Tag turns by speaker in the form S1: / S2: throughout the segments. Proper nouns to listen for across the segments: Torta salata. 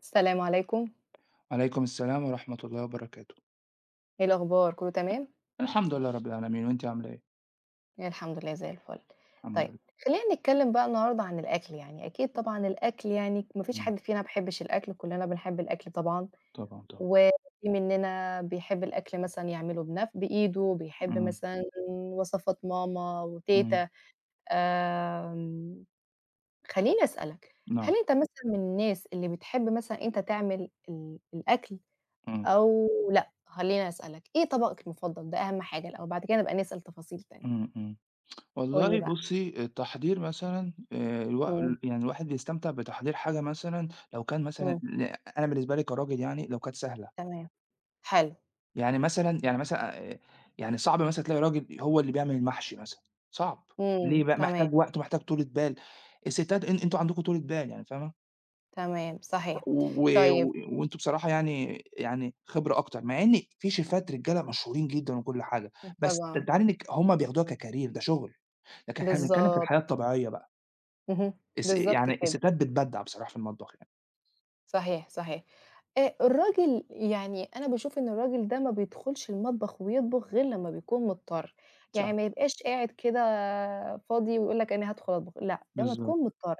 S1: السلام عليكم،
S2: عليكم السلام ورحمة الله وبركاته.
S1: إيه الأخبار كله تمام؟
S2: الحمد لله رب العالمين، وأنتِ عاملة إيه؟
S1: يعني الحمد لله زي الفل.
S2: الحمد
S1: طيب
S2: لله.
S1: خلّينا نتكلم بقى النهارده عن الأكل يعني، أكيد طبعًا الأكل يعني ما فيش
S2: إمم،
S1: حد فينا ما بيحبش الأكل، كلنا بنحب الأكل طبعًا،
S2: طبعًا، طبعًا.
S1: وفي مننا بيحب الأكل مثلًا يعمله بإيده، بيحب
S2: إمم،
S1: مثلًا وصفات ماما
S2: إمم،
S1: وتيتة. آمم، خلّيني أسألك، هل
S2: نعم،
S1: أنت مثلًا من الناس اللي بتحب مثلًا أنت تعمل الأكل؟
S2: إمم،
S1: أو لأ، خلّيني أسألك، إيه طبقك المفضل؟ ده أهم حاجة الأول، بعد كده نبقى نسأل تفاصيل تاني.
S2: إمم، إمم.
S1: قُل لي
S2: والله
S1: بقى.
S2: بُصّي، التحضير مثلًا الوا
S1: إمم،
S2: يعني الواحد بيستمتع بتحضير حاجة مثلًا لو كان مثلًا
S1: إمم،
S2: ل أنا بالنسبة لي كراجل يعني لو كانت سهلة.
S1: تمام، حلو،
S2: يعني مثلًا يعني مثلًا يعني صعب مثلًا تلاقي راجل هو اللي بيعمل المحشي مثلًا. صعب. ليه
S1: إمم،
S2: بقى؟
S1: تمام،
S2: محتاج وقت ومحتاج طولة بال. الستات أنتم عندكم طولة بال يعني فاهمة؟
S1: تمام، صحيح.
S2: و
S1: طيب
S2: و وأنتم بصراحة يعني خبرة أكتر، مع إن في شيفات رجالة مشهورين جدًا وكل حاجة، بس ده
S1: طبعًا،
S2: أنتِ عارف إنِّك هُم بياخدوها كcareer ده شغل. لكن إحنا بنتكلّم في الحياة
S1: بالضبط،
S2: الطبيعية بقى.
S1: اهم، بالضبط
S2: يعني
S1: كده.
S2: الستات بتبدّع بصراحة في المطبخ يعني.
S1: صحيح، صحيح. الراجل يعني أنا باشوف إن الراجل ده ما بيدخُلش المطبخ ويطبخ غير لمّا بيكون مضطر، يعني
S2: صح.
S1: ما يبقاش قاعد كده فاضي ويقول لك أنا هادخُل أطبخ، لأ، لمّا
S2: بالضبط،
S1: تكون مضطر،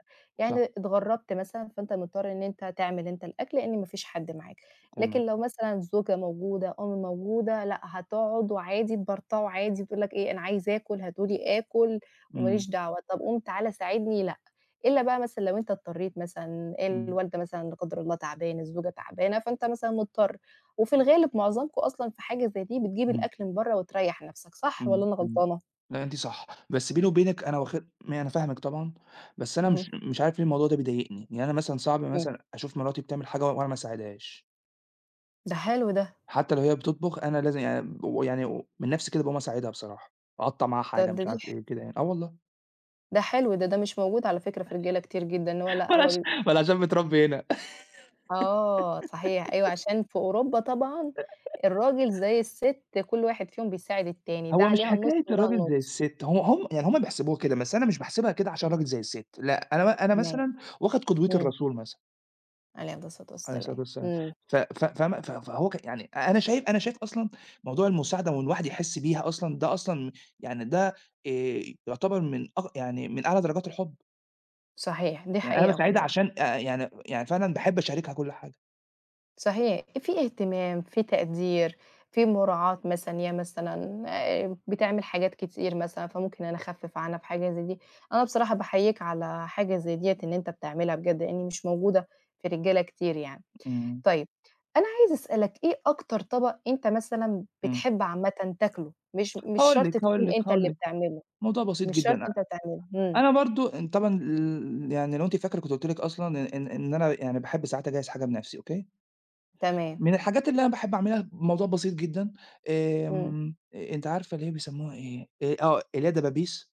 S2: صح،
S1: يعني اتغرّبت مثلًا فأنت مضطر إن أنت تعمل أنت الأكل لإن ما فيش حد معاك، لكن
S2: تمام،
S1: لو مثلًا زوجة موجودة، أم موجودة، لأ هتقعد وعادي تبرطَع وعادي وتقول لك إيه أنا عايزة آكُل، هاتوا لي آكُل وما
S2: إمم،
S1: ليش دعوة، طَب قوم تعالَ ساعدني، لأ. إلا بقى مثلًا لو أنت اضطريت مثلًا
S2: إمم،
S1: الوالدة مثلًا لا قدر الله تعبانة، الزوجة تعبانة، فأنت مثلًا مضطر، وفي الغالب معظمكم أصلًا في حاجة زي دي بتجيب
S2: إمم،
S1: الأكل من برّه وتريّح نفسك، صح والّا
S2: إمم،
S1: أنا
S2: إمم.
S1: غلطانة؟
S2: لأ أنتِ صح، بس بيني وبينِك أنا واخد ما أنا فاهمِك طبعًا. بس أنا
S1: اهم،
S2: مش عارف ليه الموضوع ده بيضايقني، يعني أنا مثلًا صعب
S1: إمم،
S2: مثلًا أشوف مراتي بتعمل حاجة وأنا ما أساعدهاش.
S1: ده حلو ده،
S2: حتى لو هي بتطبخ أنا لازم يعني ويعني من نفسي كده باقوم أساعدها بصراحة، أقطّع معاها
S1: ده
S2: حاجة
S1: ده
S2: مش
S1: دي ح
S2: عارف إيه كده يعني، آه والله.
S1: ده حلو ده، ده مش موجود على فكرة في رجالة كتير جدًا، إن هو لأ
S2: ما أنا
S1: هو
S2: عش
S1: بي
S2: ما أنا عشان متربي هنا.
S1: آه صحيح، أيوه عشان في أوروبا طبعًا الراجل زي الست كل واحد فيهم بيساعد التاني، ده
S2: هو مش
S1: عليها النُص
S2: حكاية
S1: وده
S2: الراجل زي
S1: النُص.
S2: الست، هو هم بيحسبوها كده، بس أنا مش باحسبها كده عشان راجل زي الست، لأ. أنا
S1: تمام،
S2: مثلًا واخد قدوة
S1: إمم،
S2: الرسول مثلًا
S1: عليه الصلاة
S2: عليه الصلاة
S1: والسلام،
S2: والسلام.
S1: إمم،
S2: ف ف فاهمة؟ ف فهو ك يعني أنا شايف أصلًا موضوع المساعدة وإن الواحد يحس بيها أصلًا ده أصلًا يعني ده يعتبر من أغ يعني من أعلى درجات الحب.
S1: صحيح دي
S2: يعني أنا
S1: حقيقة
S2: باساعدها
S1: والله.
S2: عشان يعني فعلًا باحب أشاركها كل حاجة.
S1: صحيح، في اهتمام، في تقدير، في مراعاة مثلًا هي مثلًا بتعمل حاجات كتير مثلًا، فممكن أنا أخفِّف عنها في حاجة زي دي. أنا بصراحة باحييك على حاجة زي ديّة إن أنت بتعملها بجد، لإن مش موجودة في رجالة كتير يعني.
S2: إمم،
S1: طيب، أنا عايزة أسألك إيه أكتر طبق أنت مثلًا
S2: إمم.
S1: بتحب عامةً تاكله؟ مش شرط تكون أنت
S2: هاقول
S1: اللي
S2: لِك،
S1: بتعمله،
S2: الموضوع بسيط
S1: مش
S2: جدًا.
S1: شرط أنت بتعمله. إمم،
S2: أنا برضه إن طبعًا يعني لو أنتِ فاكرة كنت قُلت لِك أصلًا إن أنا يعني باحب ساعات أجهّز حاجة بنَفْسي أوكي.
S1: تمام،
S2: من الحاجات اللي أنا باحب أعملها موضوع بسيط جدًا.
S1: إمم.
S2: آمم، أ أنتِ عارفة اللي هي بيسموها إيه، اللي هي دبابيس.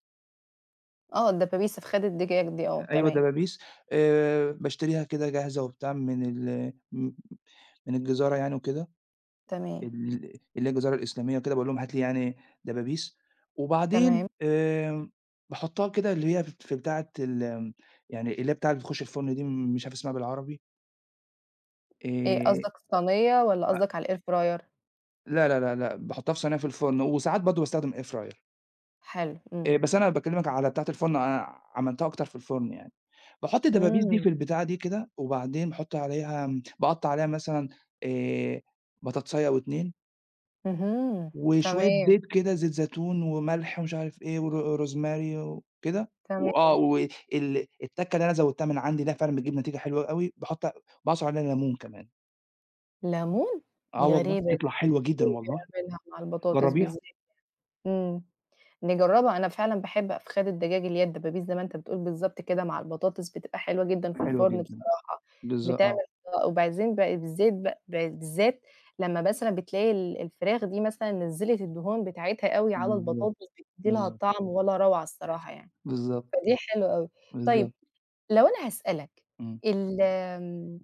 S1: آه، الدبابيس، فخاد الدجاج دي، آه،
S2: أيوه
S1: تمام،
S2: دبابيس. باشتريها كده جاهزة وبتاع من الجزارة يعني وكده،
S1: تمام،
S2: اللي هي الجزيرة الإسلامية وكده. باقول لهم هات لي يعني دبابيس. وبعدين
S1: تمام.
S2: باحطها كده اللي هي في بتاعة يعني اللي هي بتاعة اللي بتخش الفرن دي مش عارف اسمها بالعربي.
S1: إيه
S2: آآ
S1: قصدك الصينية والّا
S2: أ
S1: قصدك على الair fryer؟
S2: لا، لا، لا، لأ، باحطها في صينية في الفرن، وساعات برضه باستخدم air fryer.
S1: حلو، إمم،
S2: بس أنا باكلمك على بتاعة الفرن، أنا عملتها أكتر في الفرن يعني. باحط الدبابيس دي
S1: إمم،
S2: في البتاعة دي كده، وبعدين باحط عليها، باقطّع عليها مثلًا آآ بطاطساية أو 2
S1: اهم،
S2: وشوية
S1: تمام،
S2: زيت كده، زيت زيتون وملح ومش عارف إيه روزماري وكده، وآه
S1: تمام.
S2: وال التَّكّة اللي أنا زوّدتها من عندي ده فعلًا بتجيب نتيجة حلوة أوي. باعصر عليها ليمون كمان.
S1: ليمون!
S2: آه
S1: دي
S2: والله
S1: غريبة دي،
S2: بتطلع حلوة جدًا
S1: مين
S2: والله.
S1: بيعملها مع البطاطس
S2: جرّبيها.
S1: بالذات؟ إمم، نجربها. أنا فعلًا باحب أفخاد الدجاج اللي هي الدبابيس زي ما أنت بتقول بالضبط كده مع البطاطس بتبقى حلوة جدًا في
S2: حلوة
S1: الفرن
S2: جدًا،
S1: بصراحة،
S2: بالض آه،
S1: بتعمل آه، وبعدين ب بالذات ب بالذات لمّا مثلًا بتلاقي الفراخ دي مثلًا نزّلت الدهون بتاعتها أوي على البطاطس
S2: بالضبط،
S1: بتدّي لها
S2: بالضبط،
S1: طعم ولا روعة الصراحة يعني.
S2: بالضبط،
S1: فدي حلوة أوي. طيب
S2: بالضبط،
S1: لو أنا هاسألك
S2: إمم،
S1: ال آمم،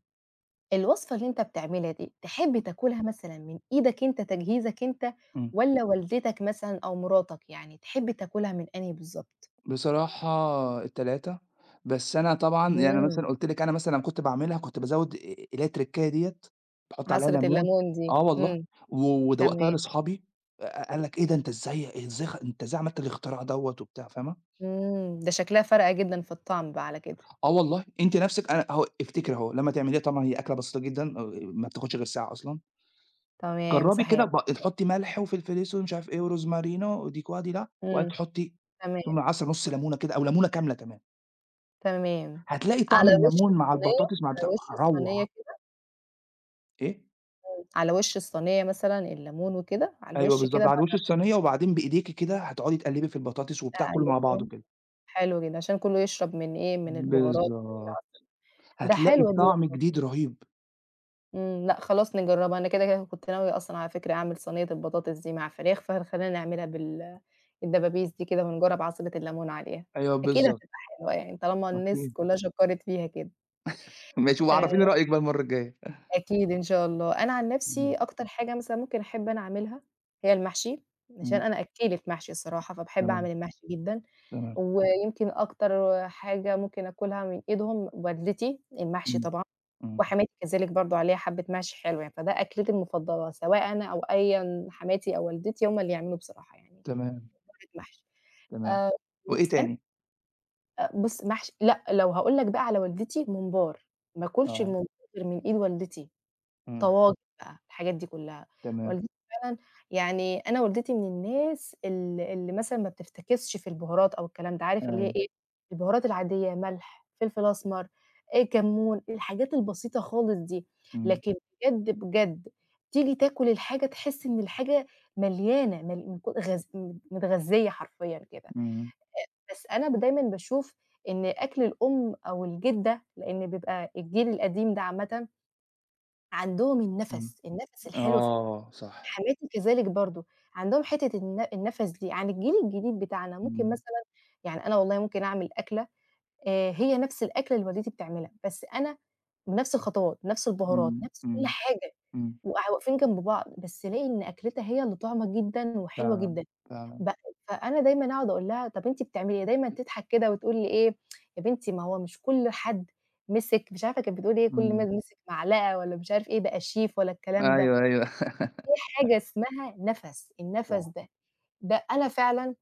S1: الوصفة اللي أنت بتعملها دي، تحب تاكلها مثلًا من إيدك أنت، تجهيزك أنت،
S2: إمم.
S1: والّا والدتك مثلًا أو مراتك يعني، تحب تاكلها من أنهي بالضبط؟
S2: بصراحة ال3. بس أنا طبعًا يعني
S1: إمم،
S2: مثلًا قُلت لِك أنا مثلًا كنت باعملها كنت بازوّد اللي هي التركاية ديّة، باحط عليها
S1: عصرة
S2: ليمون.
S1: الليمون دي،
S2: آه والله.
S1: إمم،
S2: ودوّقتها
S1: تمام،
S2: لأصحابي. قال لك: "إيه ده أنت إزاي إزاي خ أنت إزاي عملت الاختراع دوّة؟" وبتاع فاهمة.
S1: إمم، ده شكلها فارقة جدًا في الطعم بقى على كده،
S2: آه والله أنتِ نَفْسِك أنا أهو افتكري أهو لمّا تعمليها طبعًا هي أكلة بسيطة جدًا ما بتاخدش غير ساعة أصلًا.
S1: تمام
S2: جرّبي
S1: صحيح،
S2: كده تحطّي ملح وفلفل أسود ومش عارف إيه وروزمارينو وديك وادي دا، وبعدين
S1: إمم،
S2: تحطّي
S1: تمام،
S2: ثم عصرة نُص ليمونة كده أو ليمونة كاملة كمان.
S1: تمام،
S2: هتلاقي طعم
S1: على وش
S2: الليمون مع
S1: الصينية
S2: البطاطس مع
S1: على
S2: بتاع،
S1: وش الصينية
S2: روعة.
S1: كده
S2: إيه؟
S1: على وش الصينية مثلًا الليمون وكده، على
S2: أيوه
S1: الوش كده
S2: بالضبط، على
S1: بعد
S2: وش الصينية وبعدين بإيديكِ كده هتقعدي تقلّبي في البطاطس وبتاع
S1: بتاع
S2: كلّه مع بعضه
S1: الاتنين،
S2: كده.
S1: حلو جدًا، عشان كلّه يشرب من إيه، من البهارات
S2: بالضبط،
S1: ده
S2: هتلاقي
S1: حلوة دي،
S2: طعم جديد رهيب.
S1: إمم، لأ خلاص نجرّبها، أنا كده، كده كنت ناوية أصلًا على فكرة أعمل صينية البطاطس دي مع فراخ، فخلّينا نعملها الدبابيس دي كده ونجرّب عصيرة الليمون عليها،
S2: أيوه
S1: أكيد
S2: بالضبط،
S1: هتبقى حلوة يعني طالما الناس
S2: أكيد.
S1: كلّها شكّرت فيها كده.
S2: ماشي، وعرّفيني
S1: آآ
S2: رأيِك بقى المرّة الجاية.
S1: أكيد إن شاء الله. أنا عن نفسي
S2: إمم،
S1: أكتر حاجة مثلًا ممكن أحب أنا أعملها هي المحشي، عشان
S2: إمم،
S1: أنا أكّيلة محشي الصراحة، فباحب
S2: تمام،
S1: أعمل المحشي جدًا،
S2: تمام،
S1: ويمكن أكتر حاجة ممكن آكلها من إيدهم والدتي المحشي
S2: إمم،
S1: طبعًا،
S2: إمم،
S1: وحماتي كذلك برضه عليها حبّة محشي حلو يعني، فده أكلتي المفضلة سواء أنا أو أيًا حماتي أو والدتي هُم اللي يعملوا بصراحة يعني
S2: تمام،
S1: محشي.
S2: تمام.
S1: آآ
S2: وإيه
S1: أنا
S2: تاني؟
S1: بُص محشي لأ، لو هاقول لك بقى على والدتي ممبار، ما آكلش
S2: آه،
S1: الممبار غير من إيد والدتي.
S2: إمم،
S1: طواجن بقى، الحاجات دي كلّها.
S2: تمام،
S1: والدتي فعلًا يعني، أنا والدتي من الناس اللي مثلًا ما بتفتكسش في البهارات أو الكلام ده، عارف اللي هي
S2: أيوه،
S1: إيه، البهارات العادية، ملح، فلفل أسمر، كمون، الحاجات البسيطة خالص دي.
S2: إمم،
S1: لكن بجد، بجد، تيجي تاكل الحاجة تحس إن الحاجة مليانة، مل من ك غاز، متغذية حرفيًا كده.
S2: إمم،
S1: بس أنا دايمًا باشوف إن أكل الأم أو الجدة، لإن بيبقى الجيل القديم ده عامةً عندهم
S2: إمم.
S1: النَفَس، النَفَس الحلو في الأكل،
S2: آه، صح.
S1: حماتي كذلك برضه، عندهم حتّة النَفَس دي عن الجيل الجديد بتاعنا، ممكن
S2: إمم،
S1: مثلًا يعني أنا والله ممكن أعمل أكلة هي نَفْس الأكلة اللي والدتي بتعملها، بس أنا بنَفْس الخطوات، نَفْس البهارات،
S2: إمم،
S1: نَفْس كل
S2: إمم،
S1: حاجة،
S2: إمم،
S1: واقفين جنب بعض، بس ألاقي إن أكلتها هي اللي طعمة جدًا وحلوة
S2: فعلًا،
S1: جدًا.
S2: فعلًا،
S1: ب فأنا دايمًا أقعد أقول لها: "طَب أنتِ بتعملي إيه؟" دايمًا تضحك كده وتقول لي إيه: "يا بنتي ما هو مش كل حد مسك" مش عارفة كانت بتقول إيه، "كل ما
S2: إمم.
S1: مسك معلقة والّا مش عارف إيه بقى شيف ولا الكلام ده."
S2: أيوه، أيوه.
S1: في حاجة اسمها نَفَس، النَفَس
S2: صح.
S1: ده، ده أنا فعلًا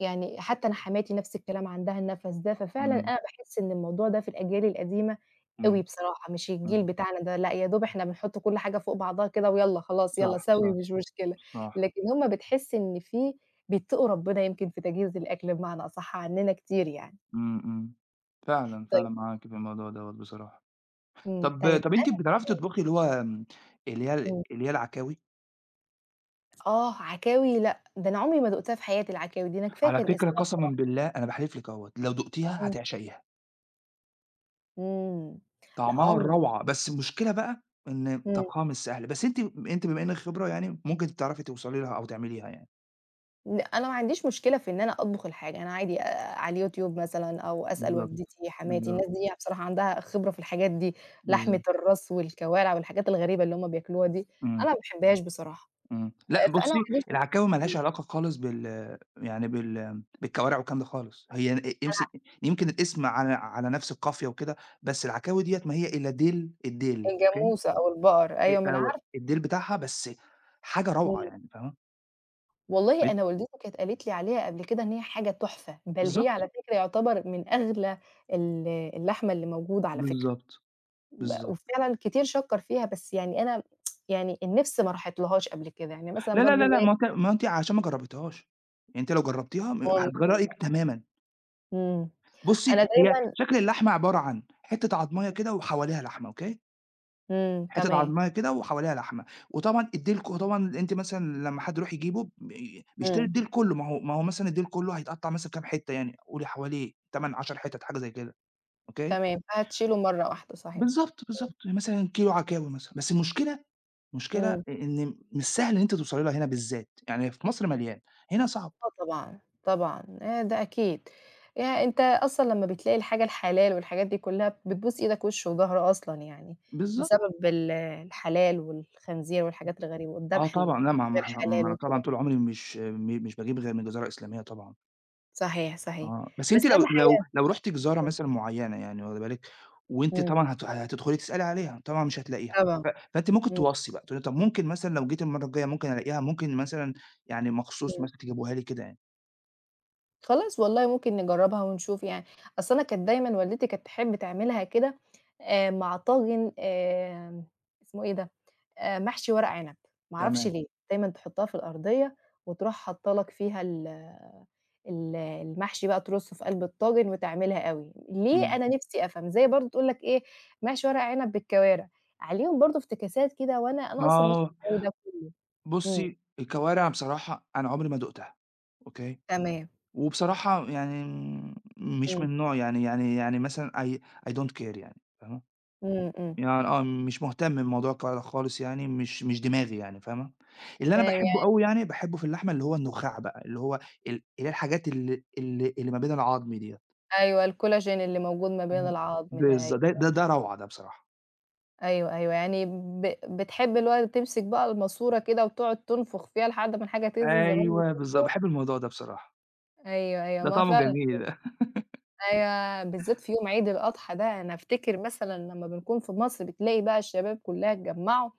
S1: يعني حتى أنا حماتي نفس الكلام عندها النَفَس ده، ففعلًا
S2: إمم،
S1: أنا باحس إن الموضوع ده في الأجيال القديمة أوي
S2: إمم،
S1: بصراحة، مش الجيل
S2: إمم.
S1: بتاعنا ده، لأ يا دوب إحنا بنحُط كل حاجة فوق بعضها كده ويالّا خلاص يالّا
S2: صح،
S1: سوي
S2: صح،
S1: مش مشكلة،
S2: صح.
S1: لكن هُم بتحس إن بيتقوا ربنا يمكن في تجهيز الأكل بمعنى أصح عننا كتير يعني.
S2: إمم، إمم. فعلًا،
S1: طيب
S2: فعلًا معاكِ في الموضوع دوّة بصراحة.
S1: إمم،
S2: طَب
S1: طيب
S2: طَب أنتِ
S1: أنا
S2: بتعرفي تطبخي اللي هو اللي هي
S1: إمم،
S2: اللي هي العكاوي؟
S1: آه، عكاوي لأ، ده أنا عمري ما دُقتها في حياتي العكاوي دي، أنا كفاية
S2: على
S1: كان
S2: فكرة
S1: اسمها
S2: قسمًا
S1: بصراحة.
S2: بالله أنا باحلف لِك أهوّة، لو دُقتيها
S1: إمم،
S2: هتعشقيها.
S1: إمم، لأ
S2: طعمها
S1: عمري،
S2: روعة، بس المشكلة بقى إن
S1: إمم.
S2: طبخها مش سهل، بس أنتِ أنتِ بما إنِّك خبرة يعني ممكن تعرفي توصلي لها أو تعمليها يعني.
S1: لأ، أنا ما عنديش مشكلة في إن أنا أطبخ الحاجة، أنا عادي على اليوتيوب مثلًا أو أسأل
S2: بالضبط،
S1: والدتي، حماتي،
S2: بالضبط،
S1: الناس دي بصراحة عندها خبرة في الحاجات دي، لحمة
S2: بالضبط.
S1: الراس والكوارع والحاجات الغريبة اللي هُم بياكلوها دي،
S2: إمم.
S1: أنا ما باحبهاش بصراحة،
S2: إمم. لأ
S1: فأنا ما
S2: بُصّي،
S1: عنديش مش
S2: العكاوي ما
S1: إمم،
S2: لهاش علاقة خالص بالكوارع والكلام ده خالص. هي ن يمس يمكن الاسم على نفس القافية وكده، بس العكاوي ديّة ما هي إلا ديل الديل أوكي.
S1: الجاموسة أو البقر، أيوه ما أنا
S2: أو
S1: عارفة،
S2: الديل بتاعها بس حاجة روعة
S1: إمم.
S2: يعني فاهمة.
S1: والله
S2: ب
S1: أنا والدتي كانت قالت لي عليها قبل كده إن هي حاجة تحفة، بل هي
S2: بالضبط،
S1: على فكرة يعتبر من أغلى اللحمة اللي موجودة على فكرة.
S2: بالضبط، بالضبط.
S1: وفعلًا كتير شكّر فيها، بس يعني أنا يعني النِفْس ما راحتلهاش قبل كده، يعني مثلًا
S2: لا،
S1: برضه
S2: لا، لا، لأ،
S1: زيِّك.
S2: ما هو أنتِ عشان ما جرّبتيهاش، يعني أنتِ لو جرّبتيها هتغيّري
S1: ممكن
S2: رأيِك تمامًا.
S1: إمم،
S2: بُصّي،
S1: أنا
S2: هي
S1: دايمًا
S2: شكل اللحمة عبارة عن حتّة عضماية كده وحواليها لحمة، أوكي؟
S1: إمم،
S2: حتت
S1: تمام،
S2: عضمها كده وحواليها لحمة، وطبعًا الديل ك طبعًا أنتِ مثلًا لمّا حد يروح يجيبه بيشتري
S1: إمم،
S2: الديل كلّه، ما هو مثلًا الديل كلّه هيتقطّع مثلًا كام حتّة يعني، قولي حوالي 8، 10 حتت حاجة زي كده، أوكي،
S1: تمام، فهتشيله مرّة واحدة صحيح،
S2: بالضبط، بالضبط، مثلًا كيلو عكاوي مثلًا، بس المشكلة المشكلة
S1: إمم،
S2: إن مش سهل إن أنتِ توصلي لها هنا بالذات، يعني في مصر مليان. هنا صعب.
S1: آه طبعًا، طبعًا، ده أكيد، أنت أصلًا لمّا بتلاقي الحاجة الحلال والحاجات دي كلّها بتبوس إيدك وِش وضهر أصلًا يعني،
S2: بالضبط،
S1: بسبب الحلال والخنزير والحاجات الغريبة
S2: آه
S1: والذبح
S2: طبعًا، لأ ما ما
S1: الغير
S2: إحنا ما
S1: حلال
S2: أنا طبعًا
S1: وكده،
S2: طول عمري مش باجيب غير من جزارة إسلامية طبعًا.
S1: صحيح، صحيح،
S2: آه، بس
S1: بس
S2: أنتِ
S1: أهم حاجة،
S2: لو رُحتِ جزارة
S1: إمم،
S2: مثلًا معيّنة يعني واخدة بالِك، وأنتِ
S1: إمم،
S2: طبعًا هتدخلي تسألي عليها، طبعًا مش هتلاقيها.
S1: طبعًا.
S2: فأنتِ ممكن
S1: إمم،
S2: توصّي بقى، تقولي طب ممكن مثلًا لو جيت المرّة الجاية ممكن ألاقيها، ممكن مثلًا يعني مخصوص
S1: إمم.
S2: مثلًا تجيبوها لي كده يعني.
S1: خلاص والله ممكن نجرّبها ونشوف يعني، أصل أنا كانت دايمًا والدتي كانت تحب تعملها كده مع طاجن اسمه إيه ده، محشي ورق عنب، ما أعرفش
S2: تمام،
S1: ليه، دايمًا تحطّها في الأرضية وتروح حاطّة لك فيها ال ال المحشي بقى ترصه في قلب الطاجن وتعملها أوي، ليه
S2: إمم،
S1: أنا نفسي أفهم، زي برضه تقول لك إيه محشي ورق عنب بالكوارع، عليهم برضه افتكاسات كده، وأنا أصلًا ما ليش في
S2: آه،
S1: الجو ده كلّه. إمم،
S2: بُصّي الكوارع بصراحة أنا عمري ما دُقتها. أوكي.
S1: تمام،
S2: وبصراحة يعني مش
S1: إمم،
S2: من نوعي يعني مثلًا I don't care يعني، فاهمة؟
S1: إمم، إمم،
S2: يعني آه، مش مهتم بموضوع الكوارع ده خالص يعني، مش دماغي يعني فاهمة؟ اللي أنا
S1: تمام.
S2: باحبه أوي يعني، باحبه في اللحمة اللي هو النخاع بقى، اللي هو ال اللي هي الحاجات اللي ما بين العضم ديّة.
S1: أيوه الكولاجين اللي موجود ما بين
S2: إمم.
S1: العضم ده، أيوه،
S2: ده روعة ده بصراحة.
S1: أيوه، أيوه، يعني ب بتحب اللي هو تمسك بقى الماسورة كده وتقعد تنفخ فيها لحد ما الحاجة تنزل زي ما أنا
S2: أيوه
S1: باقول.
S2: بالضبط، باحب الموضوع ده بصراحة.
S1: أيوه، أيوه،
S2: ده
S1: ما
S2: طعمه
S1: فعلًا
S2: جميل.
S1: أيوه، بالذات في يوم عيد الأضحى ده أنا أفتكر مثلًا لمّا بنكون في مصر بتلاقي بقى الشباب كلها اتجمعوا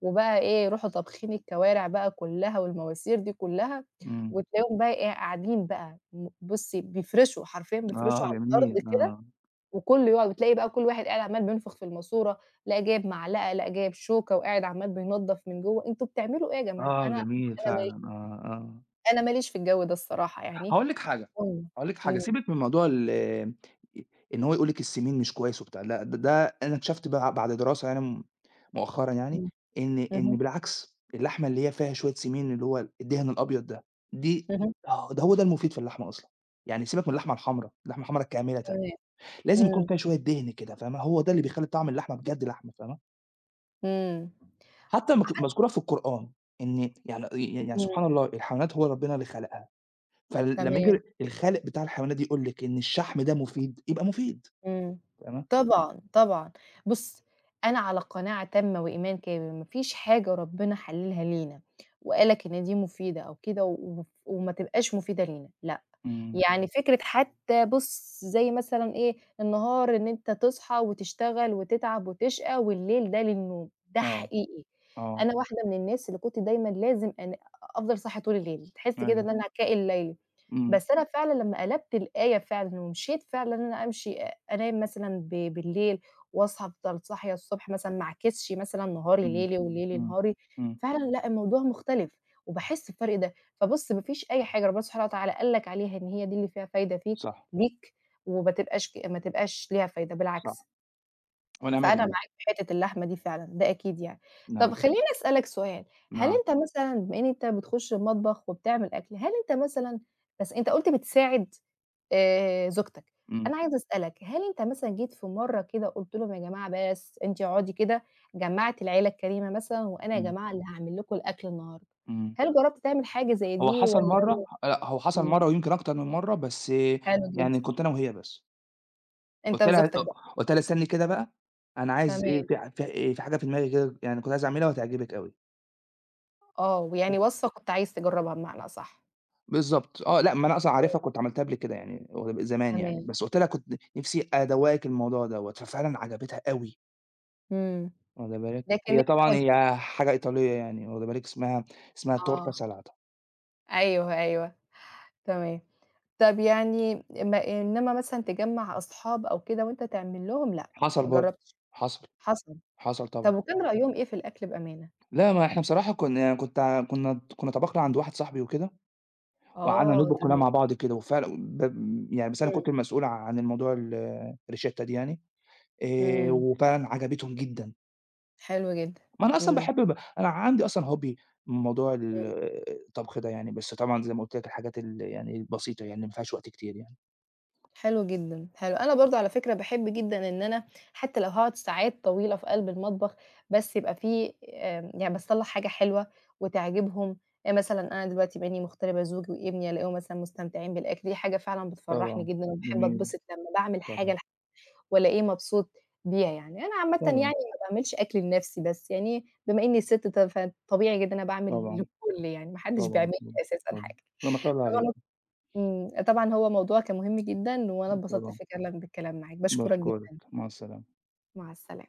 S1: وبقى إيه يروحوا طابخين الكوارع بقى كلها والمواسير دي كلها،
S2: إمم.
S1: وتلاقيهم بقى إيه قاعدين بقى بُصّي بيفرشوا حرفيًا بيفرشوا
S2: آه
S1: على الأرض
S2: جميل،
S1: كده
S2: آه.
S1: وكلّه يقعد وتلاقي بقى كل واحد قاعد عمّال بينفخ في الماسورة، لأ جايب معلقة، لأ جايب شوكة وقاعد عمّال بينضّف من جوّه، أنتم بتعملوا إيه يا جماعة؟
S2: آه جميل فعلًا، آه، آه.
S1: أنا ما ليش في الجو ده الصراحة يعني.
S2: هاقول لِك حاجة،
S1: إمم،
S2: هاقول لِك حاجة،
S1: إمم،
S2: سيبِك من موضوع ال إن هو يقول لِك السمين مش كويس وبتاع، لأ ده أنا اكتشفت بعد دراسة يعني مؤخرًا يعني،
S1: إمم،
S2: إن
S1: اهم،
S2: إن بالعكس، اللحمة اللي هي فيها شوية سمين اللي هو الدهن الأبيض ده، دي
S1: اهم،
S2: ده هو ده المفيد في اللحمة أصلًا. يعني سيبك من اللحمة الحمرا، اللحمة الحمرا كاملةً،
S1: تمام،
S2: لازم يكون
S1: إمم،
S2: فيها شوية دهن كده فاهمة، هو ده اللي بيخلّي طعم اللحمة بجد لحمة فاهمة.
S1: إمم،
S2: حتى مذكورة في القرآن، إن يعني يعني
S1: إمم،
S2: سبحان الله الحيوانات هو ربنا اللي خلقها. فلمّا
S1: تمام،
S2: ييجي الخالق بتاع الحيوانات دي يقول لِك إن الشحم ده مفيد، يبقى مفيد،
S1: إمم.
S2: فاهمة؟
S1: طبعًا، طبعًا. بُص، أنا على قناعة تامة وإيمان كامل، ما فيش حاجة ربنا حلِّلها لينا وقال لك إن دي مفيدة أو كده وما تبقاش مفيدة لينا، لأ.
S2: إمم،
S1: يعني فكرة حتى بُص زي مثلًا إيه، النهار إن أنت تصحى وتشتغل وتتعب وتشقى، والليل ده للنوم، ده
S2: آه،
S1: حقيقي.
S2: آه،
S1: أنا واحدة من الناس اللي كنت دايمًا لازم أنا أفضل صاحية طول الليل، تحس كده
S2: أيوه،
S1: إن أنا كائن ليلي،
S2: إمم،
S1: بس أنا فعلًا لمّا قلبت الآية فعلًا ومشيت فعلًا إن أنا أمشي أنام مثلًا بالليل واصحى أفضل صاحية الصبح مثلًا، ما اعكسش مثلًا نهاري
S2: إمم،
S1: ليلي وليلي
S2: إمم،
S1: نهاري،
S2: إمم،
S1: فعلًا لأ الموضوع مختلف، وباحس بفرق. فبُص ما فيش أي حاجة ربنا سبحانه وتعالى قال لك عليها إن هي دي اللي فيها فايدة
S2: صح،
S1: ليك وما تبقاش ك ما تبقاش ليها فايدة
S2: صح،
S1: بالعكس،
S2: ونعم
S1: فأنا
S2: بالله،
S1: معاك في حتة اللحمة دي فعلًا، ده أكيد يعني. طب
S2: نعم،
S1: خلّيني أسألك سؤال، هل
S2: نعم،
S1: أنت مثلًا بما إن أنت بتخش المطبخ وبتعمل أكل، هل أنت مثلًا بس أنت قُلت بتساعد زوجتك،
S2: إمم،
S1: أنا عايزة أسألك هل أنت مثلًا جيت في مرة كده قُلت لهم يا جماعة بس أنتِ اقعدي كده، جمّعت العيلة الكريمة مثلًا وأنا يا
S2: إمم،
S1: جماعة اللي هاعمل لكم الأكل النهارده،
S2: إمم.
S1: هل جرّبت تعمل حاجة زي
S2: هو
S1: دي
S2: حصل مرّة
S1: والّا
S2: لأ، هو حصل
S1: إمم،
S2: مرّة ويمكن أكتر من مرّة، بس
S1: حلو جدًا،
S2: يعني كنت أنا وهي بس.
S1: أنت
S2: قُلت لها
S1: وزوجتك
S2: أ
S1: بقى،
S2: قُلت لها: "استني كده بقى، أنا عايز إيه
S1: تمام،
S2: في حاجة في دماغي كده يعني كنت عايز أعملها وهتعجبِك أوي."
S1: آه، ويعني وصفة كنت عايز تجرّبها بمعنى أصح،
S2: بالضبط آه، لأ، ما أنا أصلًا عارفها كنت عملتها قبل كده يعني، هو زمان يعني،
S1: تمام،
S2: بس قُلت لها كنت نِفْسي أدوّقِك الموضوع دوّة، ففعلًا عجبتها أوي.
S1: إمم،
S2: واخدة بالِك،
S1: لكن
S2: هي
S1: أنت ما
S2: طبعًا هي حاجة إيطالية يعني، واخدة بالِك، اسمها Torta
S1: آه،
S2: salata.
S1: أيوه، أيوه، تمام، طَب يعني ما إنما مثلًا تجمّع أصحاب أو كده وأنت تعمل لهم لأ،
S2: حصل
S1: ما
S2: برضه،
S1: جرّبتش،
S2: حصل،
S1: حصل.
S2: حصل
S1: طَب
S2: طبعًا.
S1: وكان رأيهم إيه في الأكل بأمانة؟
S2: لا، ما إحنا بصراحة كنا يعني كنت ع- كنا كنا طبخنا عند واحد صاحبي وكده، وقعدنا
S1: آه،
S2: نطبخ كلنا
S1: تمام،
S2: مع بعض كده، وفعلًا يعني بس أنا
S1: إمم،
S2: كنت المسؤول عن الموضوع الRicetta دي يعني.
S1: إمم،
S2: وفعلًا عجبتهم جدًا.
S1: حلو جدًا،
S2: ما أنا أصلًا
S1: إمم،
S2: باحب ب أنا عندي أصلًا hobby، موضوع
S1: إمم.
S2: الطبخ ده يعني، بس طبعًا زي ما قُلت لك الحاجات يعني البسيطة يعني اللي ما فيهاش وقت كتير يعني.
S1: حلو جدًا، حلو. أنا برضه على فكرة باحب جدًا إن أنا حتى لو هاقعد ساعات طويلة في قلب المطبخ، بس يبقى في يعني باصلّح حاجة حلوة وتعجبهم. مثلًا أنا دلوقتي بما إني مغتربة زوجي وابني ألاقيهم مثلًا مستمتعين بالأكل، دي حاجة فعلًا بتفرّحني
S2: طبعًا،
S1: جدًا وباحب
S2: جميل،
S1: أتبسط لمّا باعمل حاجة
S2: طبعًا،
S1: وألاقيه مبسوط بيها يعني. أنا عامةً يعني
S2: طبعًا،
S1: ما باعملش أكل لنَفْسي بس، يعني بما إني سِت فطبيعي جدًا أنا باعمل
S2: طبعًا،
S1: للكل يعني، ما حدش بيعمل
S2: طبعًا،
S1: لي أساسًا
S2: طبعًا،
S1: حاجة.
S2: لأ ما شاء الله عليك،
S1: إمم، طبعًا هو موضوع كان مهم جدًا، وأنا اتبسطت
S2: طبعًا،
S1: فكرًا بالكلام معاك، باشكرك
S2: باشكرك،
S1: جدًا،
S2: مع السلامة.
S1: مع السلامة.